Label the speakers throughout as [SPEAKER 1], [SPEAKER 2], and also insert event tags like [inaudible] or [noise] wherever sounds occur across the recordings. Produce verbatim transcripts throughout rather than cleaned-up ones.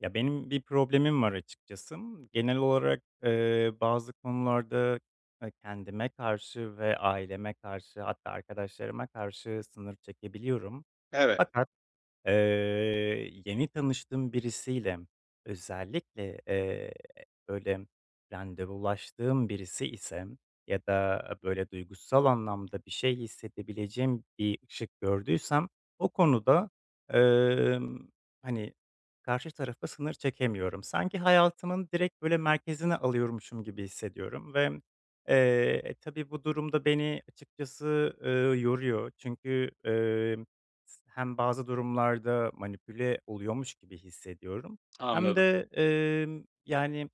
[SPEAKER 1] Ya, benim bir problemim var açıkçası. Genel olarak, eee, bazı konularda, eee, kendime karşı ve aileme karşı hatta arkadaşlarıma karşı sınır çekebiliyorum.
[SPEAKER 2] Evet,
[SPEAKER 1] Fakat Eee, yeni tanıştığım birisiyle, özellikle, eee, böyle, randevulaştığım birisi ise ya da, böyle, duygusal anlamda bir şey hissedebileceğim bir ışık gördüysem o konuda, emm, hani, karşı tarafa sınır çekemiyorum. Sanki hayatımın direkt, böyle, merkezine alıyormuşum gibi hissediyorum ve, eee, e, tabii bu durumda beni açıkçası, eee, yoruyor. Çünkü hem bazı durumlarda manipüle oluyormuş gibi hissediyorum hem
[SPEAKER 2] anladım.
[SPEAKER 1] de, emm, yani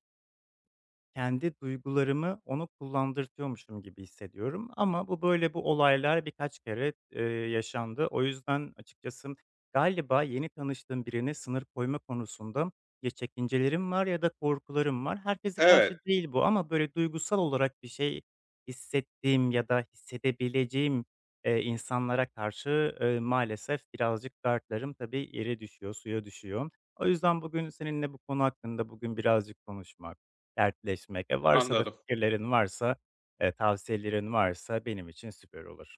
[SPEAKER 1] kendi duygularımı onu kullandırtıyormuşum gibi hissediyorum ama bu böyle bu olaylar birkaç kere, eee, yaşandı. O yüzden açıkçası galiba yeni tanıştığım birine sınır koyma konusunda ya çekincelerim var ya da korkularım var. Herkese
[SPEAKER 2] Evet,
[SPEAKER 1] karşı değil bu ama böyle duygusal olarak bir şey hissettiğim ya da hissedebileceğim, eee, insanlara karşı, eee, maalesef birazcık kartlarım tabii yere düşüyor, suya düşüyor. O yüzden bugün seninle bu konu hakkında bugün birazcık konuşmak, dertleşmek. E, varsa da
[SPEAKER 2] anladım.
[SPEAKER 1] fikirlerin varsa, eee, tavsiyelerin varsa benim için süper olur.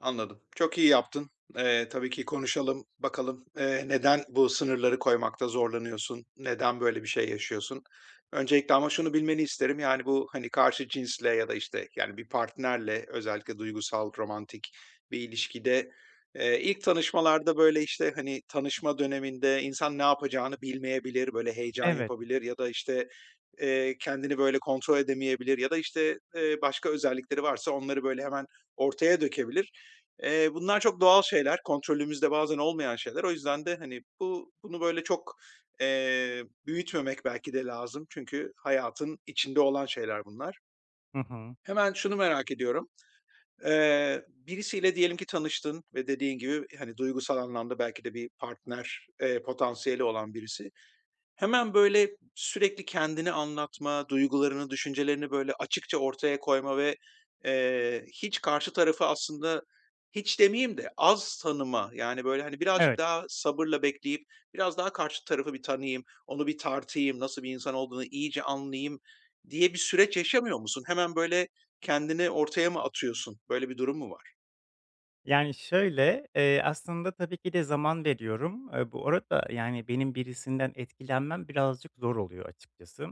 [SPEAKER 2] Anladım. Çok iyi yaptın. Eee, tabii ki konuşalım, bakalım, eee, neden bu sınırları koymakta zorlanıyorsun? Neden böyle bir şey yaşıyorsun? Öncelikle ama şunu bilmeni isterim, yani, bu, hani, karşı cinsle ya da, işte, yani, bir partnerle özellikle duygusal, romantik bir ilişkide, eee, ilk tanışmalarda, böyle, işte, hani, tanışma döneminde insan ne yapacağını bilmeyebilir, böyle, heyecan
[SPEAKER 1] Evet.
[SPEAKER 2] yapabilir ya da, işte, eee, kendini, böyle, kontrol edemeyebilir ya da, işte, eee, başka özellikleri varsa onları, böyle, hemen ortaya dökebilir. Eee, bunlar çok doğal şeyler, kontrolümüzde bazen olmayan şeyler. O yüzden de, hani, bu bunu böyle çok, eee, büyütmemek belki de lazım. Çünkü hayatın içinde olan şeyler bunlar.
[SPEAKER 1] Hı hı.
[SPEAKER 2] Hemen şunu merak ediyorum. Eee, birisiyle diyelim ki tanıştın ve dediğin gibi, hani, duygusal anlamda belki de bir partner, eee, potansiyeli olan birisi. Hemen, böyle, sürekli kendini anlatma, duygularını, düşüncelerini, böyle, açıkça ortaya koyma ve, eee, hiç karşı tarafı aslında hiç demeyeyim de az tanıma, yani, böyle, hani, birazcık
[SPEAKER 1] Evet.
[SPEAKER 2] daha sabırla bekleyip biraz daha karşı tarafı bir tanıyayım, onu bir tartayım, nasıl bir insan olduğunu iyice anlayayım diye bir süreç yaşamıyor musun? Hemen, böyle, kendini ortaya mı atıyorsun? Böyle bir durum mu var?
[SPEAKER 1] Yani, şöyle, eee, aslında tabii ki de zaman veriyorum. Eee, bu arada, yani, benim birisinden etkilenmem birazcık zor oluyor açıkçası.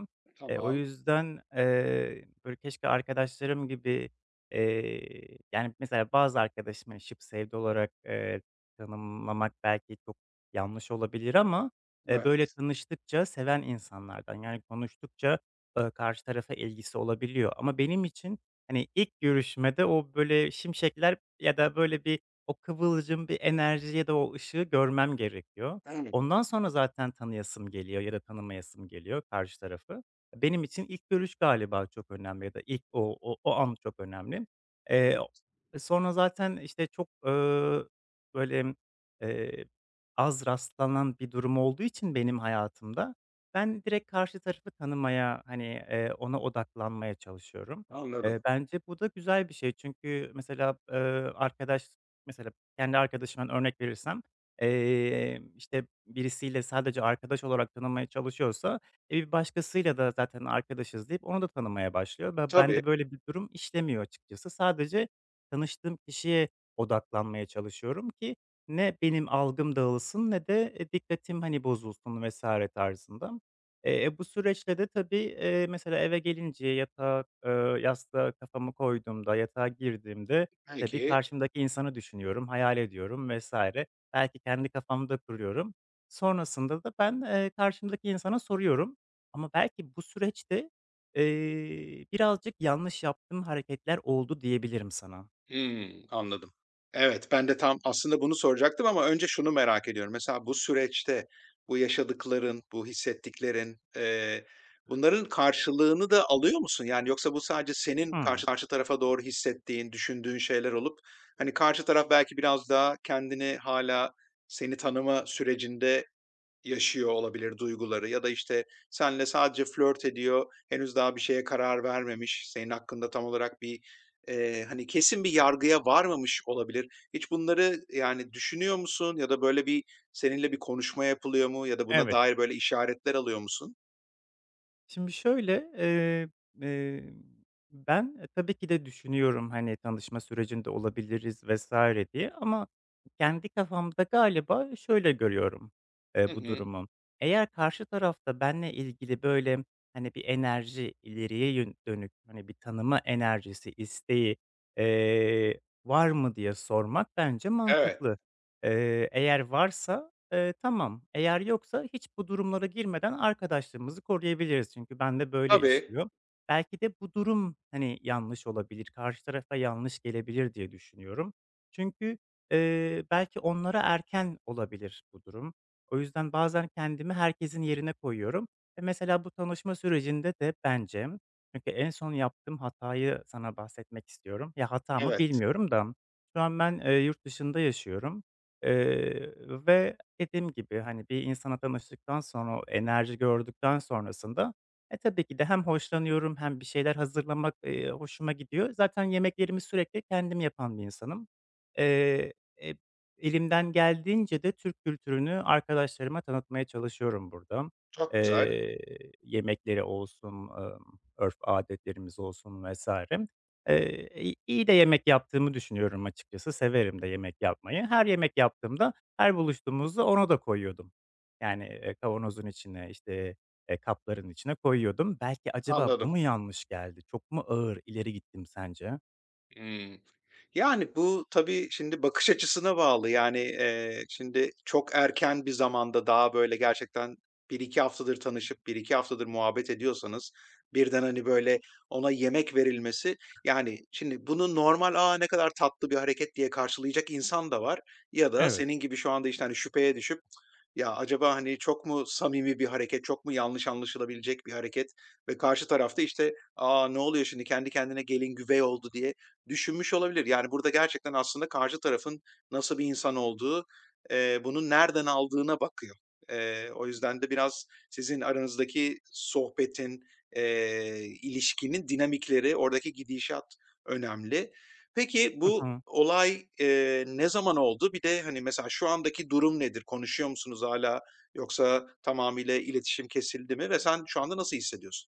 [SPEAKER 1] Eee, o
[SPEAKER 2] Tamam.
[SPEAKER 1] yüzden, eee, böyle, keşke arkadaşlarım gibi, eee, yani, mesela bazı arkadaşım, hani, şıp sevdi olarak, eee, tanımlamak belki çok yanlış olabilir ama, eee,
[SPEAKER 2] Evet.
[SPEAKER 1] böyle, tanıştıkça seven insanlardan, yani, konuştukça, eee, karşı tarafa ilgisi olabiliyor ama benim için, hani, ilk görüşmede o, böyle, şimşekler ya da, böyle, bir o kıvılcım, bir enerji ya da o ışığı görmem gerekiyor.
[SPEAKER 2] Evet,
[SPEAKER 1] Ondan sonra zaten tanıyasım geliyor ya da tanımayasım geliyor karşı tarafı. Benim için ilk görüş galiba çok önemli ya da ilk o o o an çok önemli. Eee,
[SPEAKER 2] evet.
[SPEAKER 1] e, Sonra zaten, işte, çok, ııı, böyle, eee, az rastlanan bir durum olduğu için benim hayatımda ben direkt karşı tarafı tanımaya, hani, eee, ona odaklanmaya çalışıyorum.
[SPEAKER 2] Anladım.
[SPEAKER 1] Eee, bence bu da güzel bir şey. Çünkü mesela, eee, arkadaş mesela kendi arkadaşımdan örnek verirsem, eee, işte, birisiyle sadece arkadaş olarak tanımaya çalışıyorsa, e, bir başkasıyla da zaten arkadaşız deyip onu da tanımaya başlıyor. Ve
[SPEAKER 2] Tabii.
[SPEAKER 1] bende böyle bir durum işlemiyor açıkçası. Sadece tanıştığım kişiye odaklanmaya çalışıyorum ki ne benim algım dağılsın ne de, eee, dikkatim, hani, bozulsun vesaire tarzında. Eee, e, bu süreçte de tabii, eee, mesela eve gelince yatağa, ııı, yastığa kafamı koyduğumda, yatağa girdiğimde tabii
[SPEAKER 2] Peki.
[SPEAKER 1] karşımdaki insanı düşünüyorum, hayal ediyorum vesaire. Belki kendi kafamda kuruyorum. Sonrasında da ben, eee, karşımdaki insana soruyorum ama belki bu süreçte, eee, birazcık yanlış yaptığım hareketler oldu diyebilirim sana.
[SPEAKER 2] Hımm, anladım. Evet, ben de tam aslında bunu soracaktım ama önce şunu merak ediyorum. Mesela bu süreçte bu yaşadıkların, bu hissettiklerin, eee, bunların karşılığını da alıyor musun? Yani yoksa bu sadece senin karşı
[SPEAKER 1] Hımm.
[SPEAKER 2] karşı tarafa doğru hissettiğin, düşündüğün şeyler olup, hani, karşı taraf belki biraz daha kendini hâlâ seni tanıma sürecinde yaşıyor olabilir duyguları ya da, işte, senle sadece flört ediyor, henüz daha bir şeye karar vermemiş, senin hakkında tam olarak bir, eee, hani, kesin bir yargıya varmamış olabilir. Hiç bunları, yani, düşünüyor musun ya da böyle bir seninle bir konuşma yapılıyor mu ya da buna
[SPEAKER 1] Evet.
[SPEAKER 2] dair böyle işaretler alıyor musun?
[SPEAKER 1] Şimdi şöyle, eee, emm, ben, e, tabii ki de düşünüyorum, hani, tanışma sürecinde olabiliriz vesaire diye ama kendi kafamda galiba şöyle görüyorum, eee,
[SPEAKER 2] Hı
[SPEAKER 1] bu
[SPEAKER 2] hı.
[SPEAKER 1] durumu. Eğer karşı tarafta benle ilgili, böyle, hani, bir enerji, ileriye yön dönük, hani, bir tanıma enerjisi, isteği, eee, var mı diye sormak bence
[SPEAKER 2] Evet.
[SPEAKER 1] mantıklı. Eee, eğer varsa Eee, tamam. Eğer yoksa hiç bu durumlara girmeden arkadaşlığımızı koruyabiliriz. Çünkü bende böyle
[SPEAKER 2] Tabii.
[SPEAKER 1] işliyor. Belki de bu durum, hani, yanlış olabilir, karşı tarafa yanlış gelebilir diye düşünüyorum. Çünkü, eee, belki onlara erken olabilir bu durum. O yüzden bazen kendimi herkesin yerine koyuyorum ve mesela bu tanışma sürecinde de bence çünkü en son yaptığım hatayı sana bahsetmek istiyorum. Ya, hata mı
[SPEAKER 2] Evet.
[SPEAKER 1] bilmiyorum da şu an ben, eee, yurt dışında yaşıyorum, eee, ve dediğim gibi, hani, bir insana tanıştıktan sonra, o enerji gördükten sonrasında, e, tabii ki de hem hoşlanıyorum hem bir şeyler hazırlamak, eee, hoşuma gidiyor. Zaten yemeklerimi sürekli kendim yapan bir insanım. Eee, e, Elimden geldiğince de Türk kültürünü arkadaşlarıma tanıtmaya çalışıyorum burada.
[SPEAKER 2] Çok güzel.
[SPEAKER 1] Eee, Yemekleri olsun, ımm, örf adetlerimiz olsun vesaire. Eee, i iyi de yemek yaptığımı düşünüyorum açıkçası. Severim de yemek yapmayı. Her yemek yaptığımda her buluştuğumuzda ona da koyuyordum. Yani, eee, kavanozun içine, işte, eee, kapların içine koyuyordum. Belki acaba bu
[SPEAKER 2] Anladım.
[SPEAKER 1] mu yanlış geldi? Çok mu ağır ileri gittim sence?
[SPEAKER 2] Hımm. Yani, bu tabii şimdi bakış açısına bağlı. Yani, eee, şimdi çok erken bir zamanda daha, böyle, gerçekten bir iki haftadır tanışıp bir iki haftadır muhabbet ediyorsanız birden, hani, böyle, ona yemek verilmesi, yani, şimdi bunu normal, "Aa, ne kadar tatlı bir hareket." diye karşılayacak insan da var ya da
[SPEAKER 1] Evet.
[SPEAKER 2] senin gibi şu anda, işte, hani, şüpheye düşüp, "Ya, acaba, hani, çok mu samimi bir hareket, çok mu yanlış anlaşılabilecek bir hareket?" ve karşı tarafta işte, "Aa, ne oluyor şimdi kendi kendine gelin güvey oldu." diye düşünmüş olabilir. Yani, burada gerçekten aslında karşı tarafın nasıl bir insan olduğu, eee, bunu nereden aldığına bakıyor. Eee, o yüzden de biraz sizin aranızdaki sohbetin, eee, ilişkinin dinamikleri, oradaki gidişat önemli. Peki,
[SPEAKER 1] Hı
[SPEAKER 2] bu
[SPEAKER 1] hı.
[SPEAKER 2] olay, eee, ne zaman oldu? Bir de, hani, mesela şu andaki durum nedir? Konuşuyor musunuz hâlâ yoksa tamamıyla iletişim kesildi mi ve sen şu anda nasıl hissediyorsun?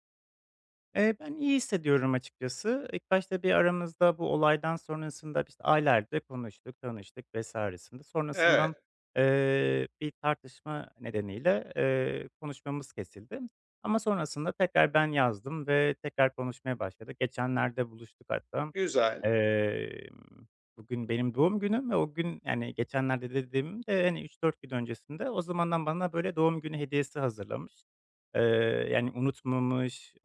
[SPEAKER 1] Eee, ben iyi hissediyorum açıkçası. İlk başta bir aramızda bu olaydan sonrasında, işte, aylarca konuştuk, tanıştık vesaire sinde. Sonrasından,
[SPEAKER 2] Evet,
[SPEAKER 1] eee, bir tartışma nedeniyle, eee, konuşmamız kesildi ama sonrasında tekrar ben yazdım ve tekrar konuşmaya başladık. Geçenlerde buluştuk hatta.
[SPEAKER 2] güzel,
[SPEAKER 1] Emm, Bugün benim doğum günüm ve o gün, yani, geçenlerde dediğimde, hani, üç dört gün öncesinde o zamandan bana böyle doğum günü hediyesi hazırlamış. Eee, Yani, unutmamış,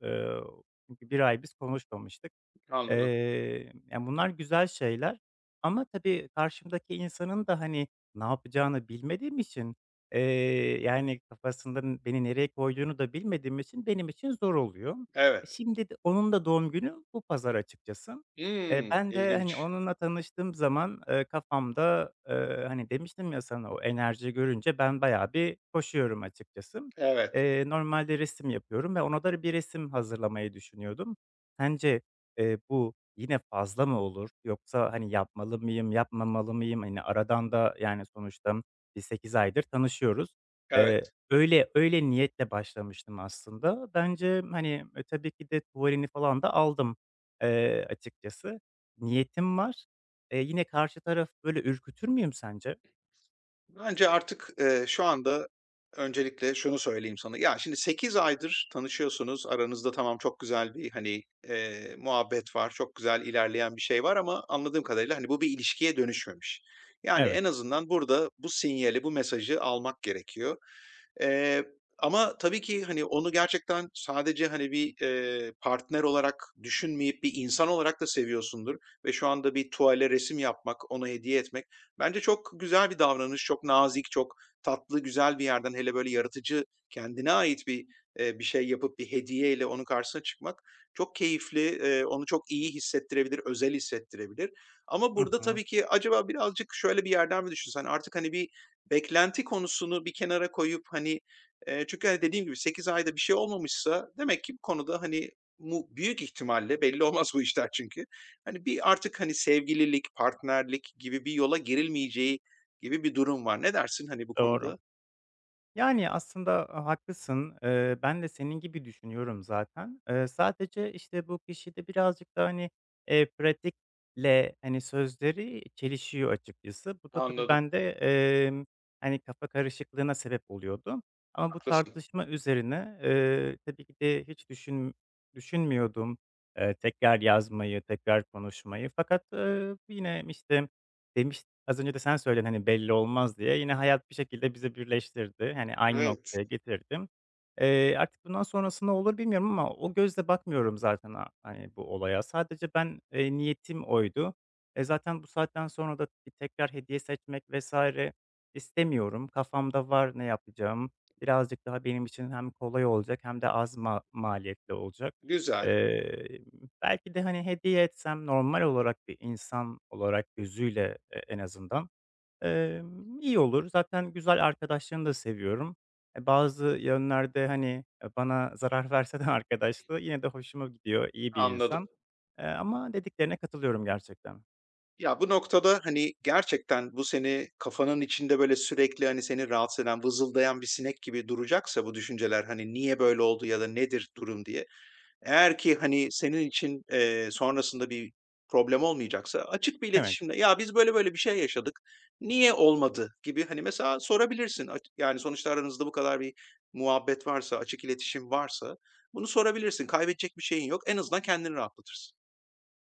[SPEAKER 1] çünkü bir ay biz konuşmamıştık.
[SPEAKER 2] anladım.
[SPEAKER 1] Eee, yani, bunlar güzel şeyler ama tabii karşımdaki insanın da, hani, ne yapacağını bilmediğim için, eee, yani, kafasında n beni nereye koyduğunu da bilmediğim için benim için zor oluyor. E,
[SPEAKER 2] Evet.
[SPEAKER 1] şimdi de onun da doğum günü bu pazar açıkçası. Eee,
[SPEAKER 2] Hmm,
[SPEAKER 1] ben de, hani,
[SPEAKER 2] ilginç.
[SPEAKER 1] onunla tanıştığım zaman, eee, kafamda, eee, hani, demiştim ya sana o enerji görünce ben bayağı bir koşuyorum açıkçası.
[SPEAKER 2] Evet,
[SPEAKER 1] Eee, normalde resim yapıyorum ve ona da bir resim hazırlamayı düşünüyordum. Sence, eee, bu yine fazla mı olur? Yoksa, hani, yapmalı mıyım, yapmamalı mıyım? Hani, aradan da, yani, sonuçta biz sekiz aydır tanışıyoruz. Eee,
[SPEAKER 2] evet.
[SPEAKER 1] öyle öyle niyetle başlamıştım aslında. Bence, hani, e, tabii ki de tuvalini falan da aldım, eee, açıkçası. Niyetim var. Eee, yine karşı taraf böyle ürkütür müyüm sence?
[SPEAKER 2] Bence artık, eee, şu anda öncelikle şunu söyleyeyim sana. Ya, şimdi sekiz aydır tanışıyorsunuz. Aranızda tamam, çok güzel bir, hani, eee, muhabbet var. Çok güzel ilerleyen bir şey var ama anladığım kadarıyla, hani, bu bir ilişkiye dönüşmemiş. Yani,
[SPEAKER 1] Evet.
[SPEAKER 2] en azından burada bu sinyali, bu mesajı almak gerekiyor. Eee, Ama tabii ki, hani, onu gerçekten sadece, hani, bir, eee, partner olarak düşünmeyip bir insan olarak da seviyorsundur ve şu anda bir tuvale resim yapmak, ona hediye etmek bence çok güzel bir davranış, çok nazik, çok tatlı, güzel bir yerden hele böyle yaratıcı, kendine ait bir, eee, bir şey yapıp bir hediyeyle onun karşısına çıkmak çok keyifli, eee, onu çok iyi hissettirebilir, özel hissettirebilir. Ama
[SPEAKER 1] Hı
[SPEAKER 2] burada
[SPEAKER 1] hı.
[SPEAKER 2] tabii ki acaba birazcık şöyle bir yerden mi düşünsen, artık, hani, bir beklenti konusunu bir kenara koyup, hani, eee, çünkü, hani, dediğim gibi sekiz ayda bir şey olmamışsa demek ki bu konuda, hani, mu büyük ihtimalle belli olmaz bu işler çünkü, hani, bir artık, hani, sevgililik, partnerlik gibi bir yola girilmeyeceği gibi bir durum var. Ne dersin, hani, bu
[SPEAKER 1] Doğru.
[SPEAKER 2] konuda?
[SPEAKER 1] Yani, aslında, haklısın. Eee, ben de senin gibi düşünüyorum zaten. Eee, sadece, işte, bu kişide birazcık da, hani, eee, pratikle, hani, sözleri çelişiyor açıkçası. Bu da tabii
[SPEAKER 2] Anladım,
[SPEAKER 1] bende, emm, hani, kafa karışıklığına sebep oluyordu. Ama bu
[SPEAKER 2] haklısın.
[SPEAKER 1] tartışma üzerine, eee, tabii ki de hiç düşün düşünmüyordum, eee, tekrar yazmayı, tekrar konuşmayı. Fakat, eee, yine, işte, demiş az önce de sen söyledin, hani, belli olmaz diye. Yine hayat bir şekilde bizi birleştirdi. Hani, aynı
[SPEAKER 2] Evet,
[SPEAKER 1] noktaya getirdim. Eee, artık bundan sonrası ne olur bilmiyorum ama o gözle bakmıyorum zaten a hani, bu olaya. Sadece ben, eee, niyetim oydu. E, zaten bu saatten sonra da bir tekrar hediye seçmek vesaire istemiyorum. Kafamda var ne yapacağım. Birazcık daha benim için hem kolay olacak hem de az ma maliyetli olacak.
[SPEAKER 2] güzel,
[SPEAKER 1] Belki de, hani, hediye etsem normal olarak bir insan olarak gözüyle, e en azından, emm, iyi olur. Zaten güzel arkadaşlığını da seviyorum. E, bazı yönlerde, hani, e, bana zarar [laughs] verse de arkadaşlığı yine de hoşuma gidiyor, iyi bir
[SPEAKER 2] anladım.
[SPEAKER 1] insan. Eee, ama dediklerine katılıyorum gerçekten.
[SPEAKER 2] Ya, bu noktada, hani, gerçekten bu seni kafanın içinde, böyle, sürekli, hani, seni rahatsız eden, vızıldayan bir sinek gibi duracaksa bu düşünceler, hani, niye böyle oldu ya da nedir durum diye eğer ki, hani, senin için, eee, sonrasında bir problem olmayacaksa açık bir
[SPEAKER 1] Evet,
[SPEAKER 2] iletişimle, "Ya, biz böyle böyle bir şey yaşadık, niye olmadı?" gibi, hani, mesela sorabilirsin. Aç yani, sonuçta aranızda bu kadar bir muhabbet varsa, açık iletişim varsa bunu sorabilirsin. Kaybedecek bir şeyin yok. En azından kendini rahatlatırsın.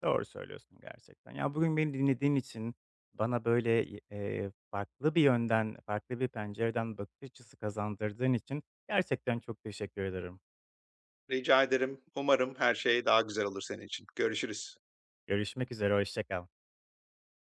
[SPEAKER 1] doğru söylüyorsun gerçekten. Ya, bugün beni dinlediğin için, bana böyle, y farklı bir yönden, farklı bir pencereden bakış açısı kazandırdığın için gerçekten çok teşekkür ederim.
[SPEAKER 2] Rica ederim. Umarım her şey daha güzel olur senin için. Görüşürüz.
[SPEAKER 1] Görüşmek üzere, hoşça kal.